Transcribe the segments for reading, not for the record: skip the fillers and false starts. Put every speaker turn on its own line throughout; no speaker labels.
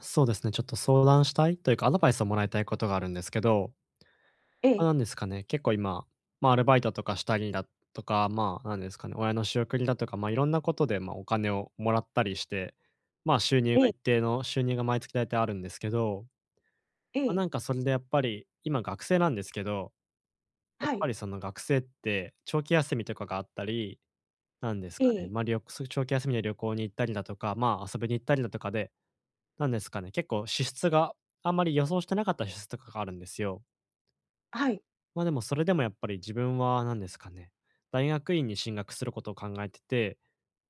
そうですね、ちょっと相談したいというか、アドバイスをもらいたいことがあるんですけど、
え
まあ、
え、
なんですかね、結構今、アルバイトとかしたりだとか、まあ、なんですかね、親の仕送りだとか、いろんなことで、お金をもらったりして、収入
え
が
え、
一定の収入が毎月大体あるんですけど、
ええ、
それでやっぱり、今学生なんですけど、やっ
は
ぱ
い、
りその学生って長期休みとかがあったり、なんです
え
かね、
え、
ま、あ旅長期休みで旅行に行ったりだとか、遊びに行ったりだとかで、なんですかね、結構支出があんまり予想してなかった支出とかがあるんですよ。
はい、
でもそれでもやっぱり自分は何ですかね、大学院に進学することを考えてて、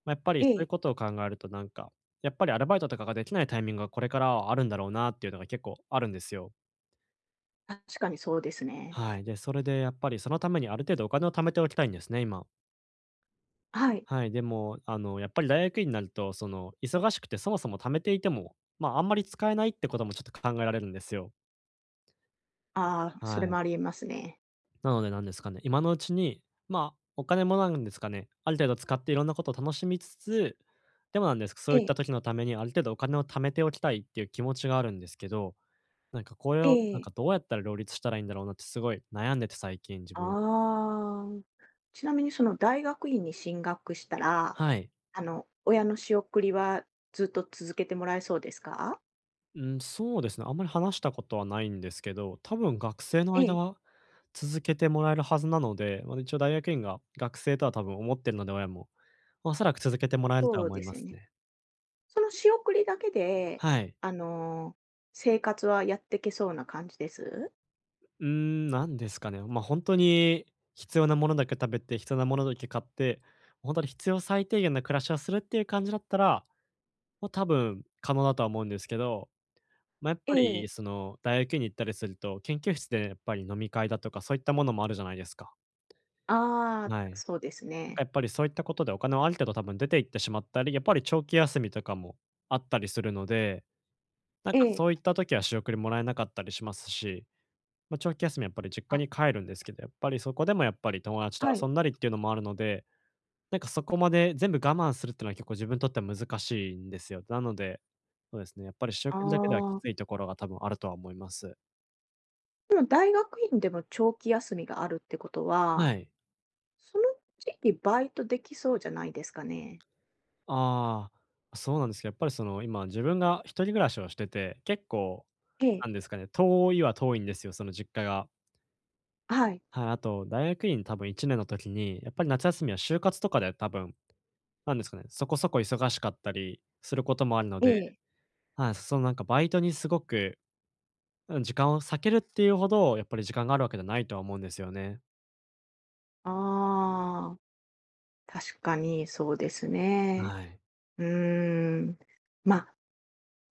やっぱり
え
そういう
え、
ことを考えるとやっぱりアルバイトとかができないタイミングがこれからはあるんだろうなっていうのが結構あるんですよ。
確かにそうですね。
はい。で、それでやっぱりそのためにある程度お金を貯めておきたいんですね、今。
はい。
はい。でも、あの、やっぱり大学院になると、その忙しくてそもそも貯めていても、あんまり使えないってこともちょっと考えられるんですよ。
ああ、
は
それ
い。
もありえますね。
なのでなんですかね、今のうちに、お金もなんですかね、ある程度使っていろんなことを楽しみつつ、でもなんですそう
え
いった
え、
時のためにある程度お金を貯めておきたいっていう気持ちがあるんですけど、これ
え
を
え、
どうやったら両立したらいいんだろうなってすごい悩んでて最近自分は。
ああ。ちなみにその大学院に進学したら、
はい。
あの、親の仕送りはずっと続けてもらえそうですか？
うん、そうですね。あんまり話したことはないんですけど、多分学生の
え
間
え、
は続けてもらえるはずなので、一応大学院が学生とは多分思ってるので親も、おそらく続けてもらえるとは
そう
思い
で
ま
すよ
す
ね。
ね。
その仕送りだけで、
はい。
あの、生活はやってけそうな感じです？
うーん、なんですかね。本当に必要なものだけ食べて、必要なものだけ買って、本当に必要最低限な暮らしをするっていう感じだったら、もう多分可能だとは思うんですけど、やっ
え
ぱり
え、
その大学院に行ったりすると、研究室でやっぱり飲み会だとか、そういったものもあるじゃないですか。
ああ、
はい。
そうです
なんか
ね。
やっぱりそういったことでお金をある程度多分出ていってしまったり、やっぱり長期休みとかもあったりするので、なん
え
か
え、
そういった時は仕送りもらえなかったりしますし、ま、長期休みやっぱり実家
あ、
に帰るんですけど、やっぱりそこでもやっぱり友達と
はい。
遊んだりっていうのもあるので、なんかそこまで全部我慢するってのは結構自分にとっては難しいんですよ。なので、そうですね、やっぱり仕
あ
送りだけではき
あ、
ついところが多分あるとは思います。
でも大学院でも長期休みがあるってことは、
はい。
その時期バイトできそうじゃないですかね。
ああ、そうなんですけど、やっぱりその今自分が一人暮らしをしてて、結構
え
な
え、
んですかね、遠いは遠いんですよ、その実家が。
はい、
はい、あと大学院多分1年の時に、やっぱり夏休みは就活とかで多分、なんですかね、そこそこ忙しかったりすることもあるの
え
で、
え。
はい、そのなんかバイトにすごく、うん、時間を割けるっていうほど、やっぱり時間があるわけじゃないとは思うんですよね。
ああ、確かにそうですね。
はい。
うーん。まあ、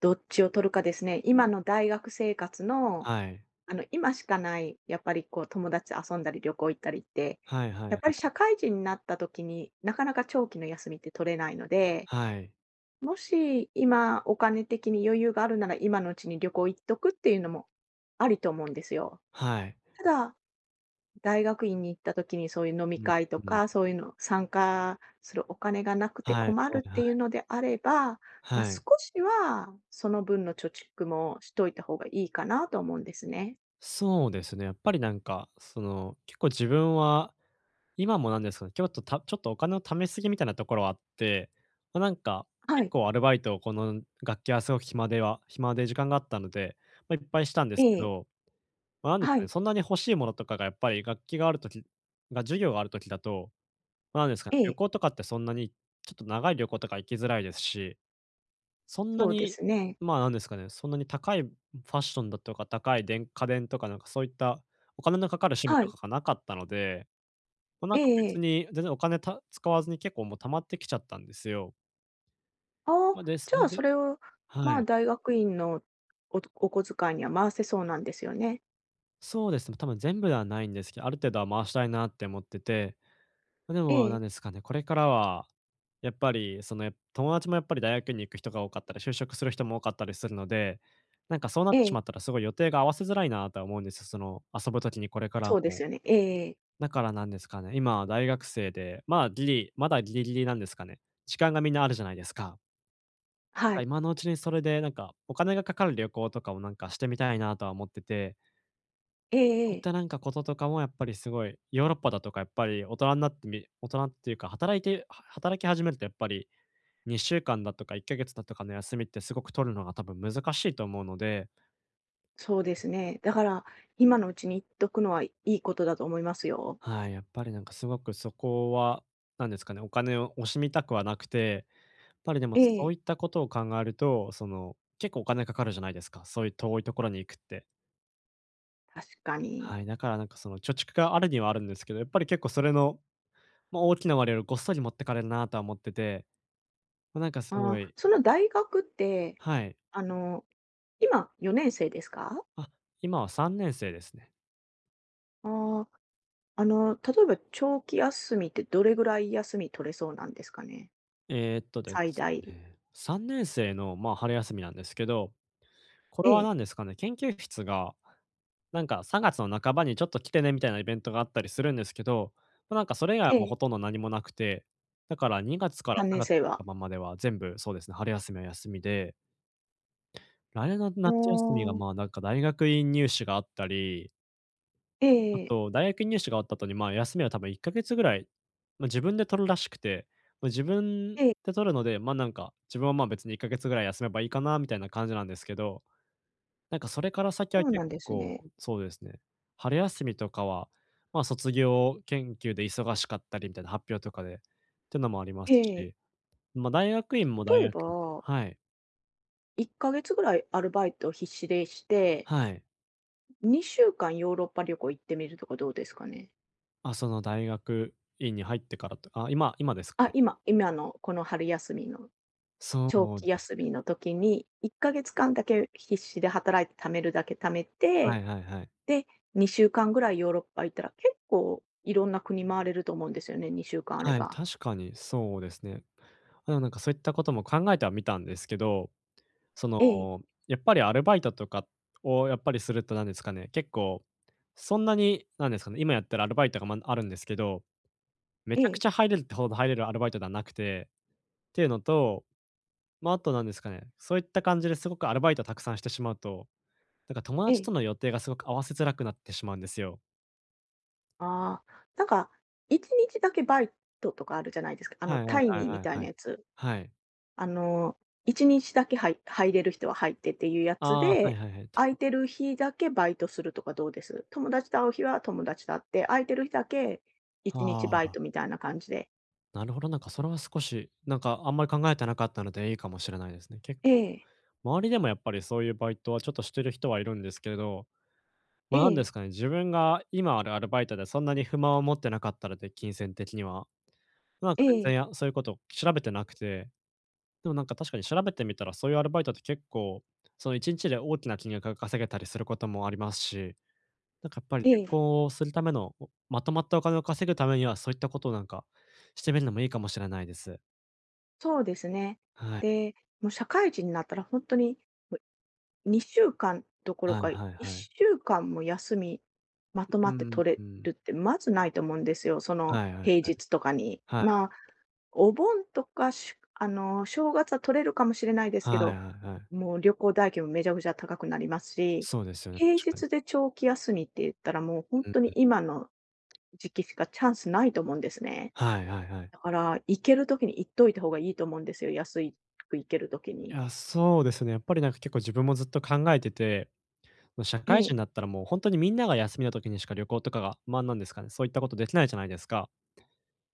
どっちを取るかですね。今の大学生活の、
はい。
あの、今しかない、やっぱりこう友達と遊んだり旅行行ったりって、
はいはい
や
は
っ
い。
ぱり社会人になった時になかなか長期の休みって取れないので、
はい。
もし今お金的に余裕があるなら今のうちに旅行行っとくっていうのもありと思うんですよ。
はい。
ただ、大学院に行った時にそういう飲
う
み
ん
会と
うん。
か、そういうの参加するお金がなくて
はい
困
は
る
い
っ
は
ていう
い。
のであれば、まあ、
は
少
い。
しはその分の貯蓄もしといた方がいいかなと思うんですね。
そうですね、やっぱりその、結構自分は、今もなんですけど、ちょっとお金を貯めすぎみたいなところはあって、まあ、なんか、
は
結
い。
構アルバイトをこの学期はすごく暇で時間があったので、いっぱいしたんで
え
すけ
え。
ど、ま、なんです
は
かね、
い。
そんなに欲しいものとかがやっぱり楽器がある時が授業がある時だと、ま、なんですかね、
え
旅
え。
行とかってそんなに、ちょっと長い旅行とか行きづらいですし、そんな
そうで
に、
すね。
まあ、なんですかね、そんなに高いファッションだとか、高い家電とかなんかそういったお金のかかる趣味
は
と
い。
かがなかったので、もうなん
え
か
え
別
ええ。
に全然お金使わずに結構もう溜まってきちゃったんですよ。
ああ、
ま、で、そ
じ
れ
ゃあ
で
それを、
は
まあ、
い。
大学院のお小遣いには回せそうなんですよね。
そうですね、多分全部ではないんですけど、ある程度は回したいなって思ってて、まで
え
もな
え、
んですかね、これからは、やっぱりその、友達もやっぱり大学に行く人が多かったり、就職する人も多かったりするので、なんかそうなっ
え
てしま
え、
ったらすごい予定が合わせづらいなとは思うんですよ。その遊ぶ時にこれから
そうで
も。
すよね。ええええ、
だからなんですかね、今大学生で、まだギリギリなんですかね。時間がみんなあるじゃないですか。
はい。
今のうちにそれでなんか、お金がかかる旅行とかをなんかしてみたいなとは思ってて。
ええ
そうい
え
っ
え、
たなんかこととかもやっぱりすごい、ヨーロッパだとかやっぱり大人っていうか、働いては働き始めるとやっぱり2週間だとか1ヶ月だとかの休みってすごく取るのが多分難しいと思うので、
そうですね。だから、今のうちに言っとくのはいいことだと思いますよ。
はい、やっぱりなんかすごくそこは、なんですかね、お金を惜しみたくはなくて、やっぱりでも
え
そう
え、
いったことを考えると、その、結構お金かかるじゃないですか、そういう遠いところに行くって。
確か
はい、
に。
だからなんかその貯蓄があるにはあるんですけど、やっぱり結構それの、大きな割合をごっそり持ってかれるなとは思ってて、まなんかす
あ
ご
あ、
い
その大学って、
はい。
あの、今4年生ですか？
あ、今は3年生ですね。
ああ、あの、例えば長期休みってどれぐらい休み取れそうなんですかね？
で
最
す
大。
ね、3年生の、春休みなんですけど、これ
え
は
え、
何ですかね、研究室が、なんか3月の半ばにちょっと来てねみたいなイベントがあったりするんですけど、それ以外は
え
もうほ
え、
とんど何もなくて、だから2月から
3
3
年
月の
生は。
半ばまでは全部そうですね、春休みは休みで、来年の夏休みが、
おあ、
大学院入試があったり、
え
あ
え
と、大学入試が終わった後に、休みは多分1ヶ月ぐらい、自分で取るらしくて、自分
ええ、
で取るので、自分は、ま、別に1ヶ月ぐらい休めばいいかなみたいな感じなんですけど、なんかそれから先は
そうな
結
んですね。
構、そうですね、春休みとかは、ま、卒業研究で忙しかったりみたいな発表とかでっていうのもありま
え
す
え。
し、ま、大学院も大
例え
学院で
ば、
はい、
1ヶ月ぐらいアルバイトを必死でして、
はい。
2週間ヨーロッパ旅行行ってみるとかどうですかね？
あ、その大学院に入ってからと、あ、今今ですか
あ、
ね。
今のこの春休みの、
そ
長
う
期
です
休
ね。
みの時に、1ヶ月間だけ必死で働いて貯めるだけ貯め
は
て、
いはいはい。
で、2週間ぐらいヨーロッパ行ったら、結構いろんな国回れると思うんですよね、2週間あれ
はい、
ば。
確かにそうですね。なんかそういったことも考えてはみたんですけど、その、
ええ、
やっぱりアルバイトとかをやっぱりすると何ですかね、結構そんなに何ですかね、今やってるアルバイトが、ま、あるんですけど、め
え
ちゃく
え、
ちゃ入れるってほど入れるアルバイトではなくて、っていうのと、まあ、あと何ですかね、そういった感じですごくアルバイトをたくさんしてしまうと、なんか友
え
達と
え。
の予定がすごく合わせづらくなってしまうんですよ。
ああ、なんか、1日だけバイトとかあるじゃないですか。あの、
はいは
タ
い
イ
は
ミ
い
ー
は
み
い
たい
は
な
い。
やつ。
はい。
あの、1日だけはい入れる人は入ってっていうやつ
ああ、はい
で、
はいはい。た、
空いてる日だけバイトするとかどうです？友達と会う日は友達と会って、空いてる日だけ1日
は
バイ
あ。
トみたいな感じで。
なるほど、なんかそれは少し、なんかあんまり考えてなかったのでいいかもしれないですね。結
え
構、
え、
周りでもやっぱりそういうバイトはちょっとしてる人はいるんですけれど、
え
ま、あなんで
え、
すかね、自分が今あるアルバイトでそんなに不満を持ってなかったので、金銭的には。なんか
え
全然
え、
やそういうこと調べてなくて、でもなんか確かに調べてみたら、そういうアルバイトって結構、その1日で大きな金額が稼げたりすることもありますし、なんかやっぱり
え
旅
え、
行をするための、まとまったお金を稼ぐためには、そういったことをなんかしてみるのもいいかもしれないです。
そうですね。
はい。
で、もう社会人になったら本当に2週間どころ
はい
か、
はいはい。
1週間も休み、まとま
う
って
ん、
取れ
うん。
るってまずないと思うんですよ、その
はいはい。
平日とかに。
はい。
まあ、お盆とか、あの、正月は取れるかもしれないですけ
はい
ど、
はいはい。
もう旅行代金もめちゃくちゃ高くなりますし、
そうですよね、
平
確かに。
日で長期休みって言ったらもうほん
う
とに
ん。
今の時期しかチャンスないと思うんですね。
はいはいはい。
だから、行ける時に行っといた方がいいと思うんですよ、安いく行ける時
い
に。
や、そうですね、やっぱりなんか結構自分もずっと考えてて、ま、社
え
会人に
え、
なったらもう本当にみんなが休みの時にしか旅行とかが、ま、なんですかね、そういったことできないじゃないですか。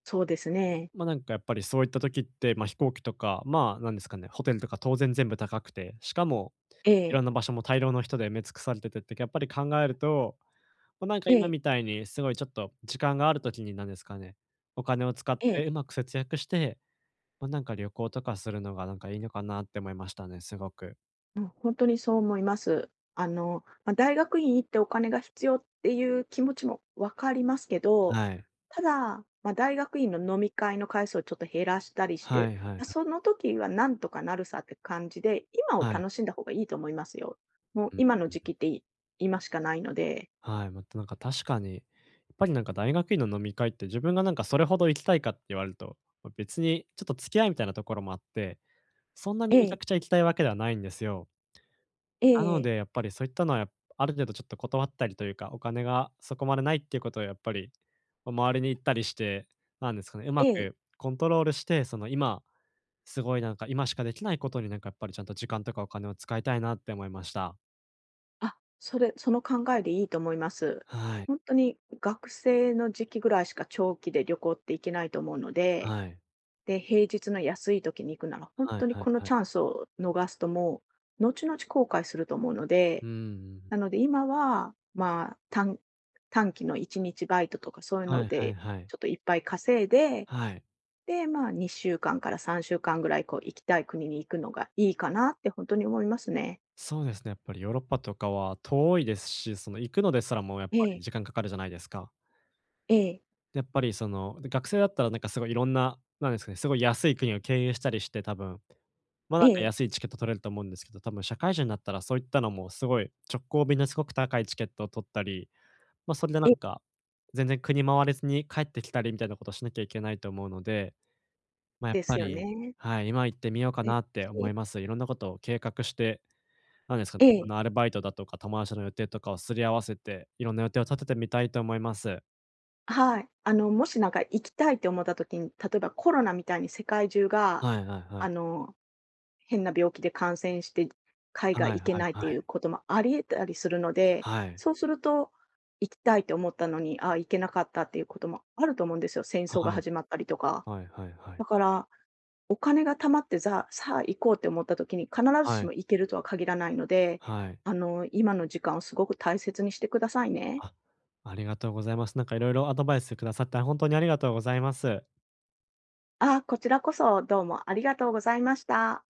そうですね。
ま、なんかやっぱりそういった時って、ま、飛行機とか、まあ、なんですかね、ホテルとか当然全部高くて、しかも
え
いろ
え、
んな場所も大量の人で埋め尽くされててって、やっぱり考えると、ま、なんか
え
今
え、
みたいにすごいちょっと時間がある時になんですかね、お金を使っ
え
て
え。
うまく節約して、ま、なんか旅行とかするのがなんかいいのかなって思いましたね、すごく。
うん、本当にそう思います。あの、まあ、大学院行ってお金が必要っていう気持ちも分かりますけど、
はい。
ただ、まあ、大学院の飲み会の回数をちょっと減らしたりし
は
て、
いはい。
ま、その時はなんとかなるさって感じで、今を
はい。
楽しんだ方がいいと思いますよ。もう
うん
今の
うん。
時期ってい今しかないので。
はい、またなんか確かに、やっぱりなんか大学院の飲み会って自分がなんかそれほど行きたいかって言われると、ま、別にちょっと付き合いみたいなところもあって、そんな
え
にめちゃ
え、
くちゃ行きたいわけではないんですよ。
え
な
ええ
の
え、
で、やっぱりそういったのは、ある程度ちょっと断ったりというか、お金がそこまでないっていうことをやっぱり、ま、周りに言ったりして、なんですかね、うま
え
く
え
コントロールして、その今、すごいなんか今しかできないことになんかやっぱりちゃんと時間とかお金を使いたいなって思いました。
あ、それその考えでいいと思います。
はい。
本当に学生の時期ぐらいしか長期で旅行って行けないと思うので
はい。
で、平日の安い時に行くなら、本
はい
当に
はい
この
は
チャ
い。
ンスを逃すともう、後々後悔すると思うの
う
で、
んうんうん。
なので今は、まあ、短期の1日バイトとかそういう
は
の
いはい
で、
はい。
ちょっといっぱい稼いで、
はい。
で、まあ、2週間から3週間ぐらいこう行きたい国に行くのがいいかなって本当に思いますね。
そうですね、やっぱりヨーロッパとかは遠いですし、その行くのですらもやっぱ
え
り
え、
時間かかるじゃないですか。
ええ、
やっぱり学生だったらなんかすごいいろんな、なんですかね、すごい安い国を経由したりして、多分、
え
なんか
え、
安いチケット取れると思うんですけど、多分社会人になったらそういったのもすごい直行便のすごく高いチケットを取ったり、ま、それでな
え、
んか、全然国回れずに帰ってきたりみたいなことをしなきゃいけないと思うので、ま、やっ
で
ぱ
すよ
り、
ね。
はい、今行ってみようか
ええ、
なって思い
し
ます。いろんなことを計画して、なんですかね、
ええ。
アルバイトだとか友達の予定とかをすり合わせて、いろんな予定を立ててみたいと思います。
はい。あの、もしなんか行きたいって思った時に、例えばコロナみたいに世界中が、
はいはいはい。
あの、変な病気で感染して、海外
はい
行け
はい
ないっ
は
ていう
い。
こともあり得たりするので、
はい。
そうすると、行きたいと思ったのに、あ、行けなかったっていうこともあると思うんですよ。戦
は
争が
い。
始まったりとか。
はいはいはい。
だから、お金が貯まって、さあ行こうって思った時に、必ず
は
し
い。
も行けるとは限らないので、
はい。
あの、今の時間をすごく大切にしてくださいね。
あ、ありがとうございます。なんかいろいろアドバイスくださって、本当にありがとうございます。
あ、こちらこそどうもありがとうございました。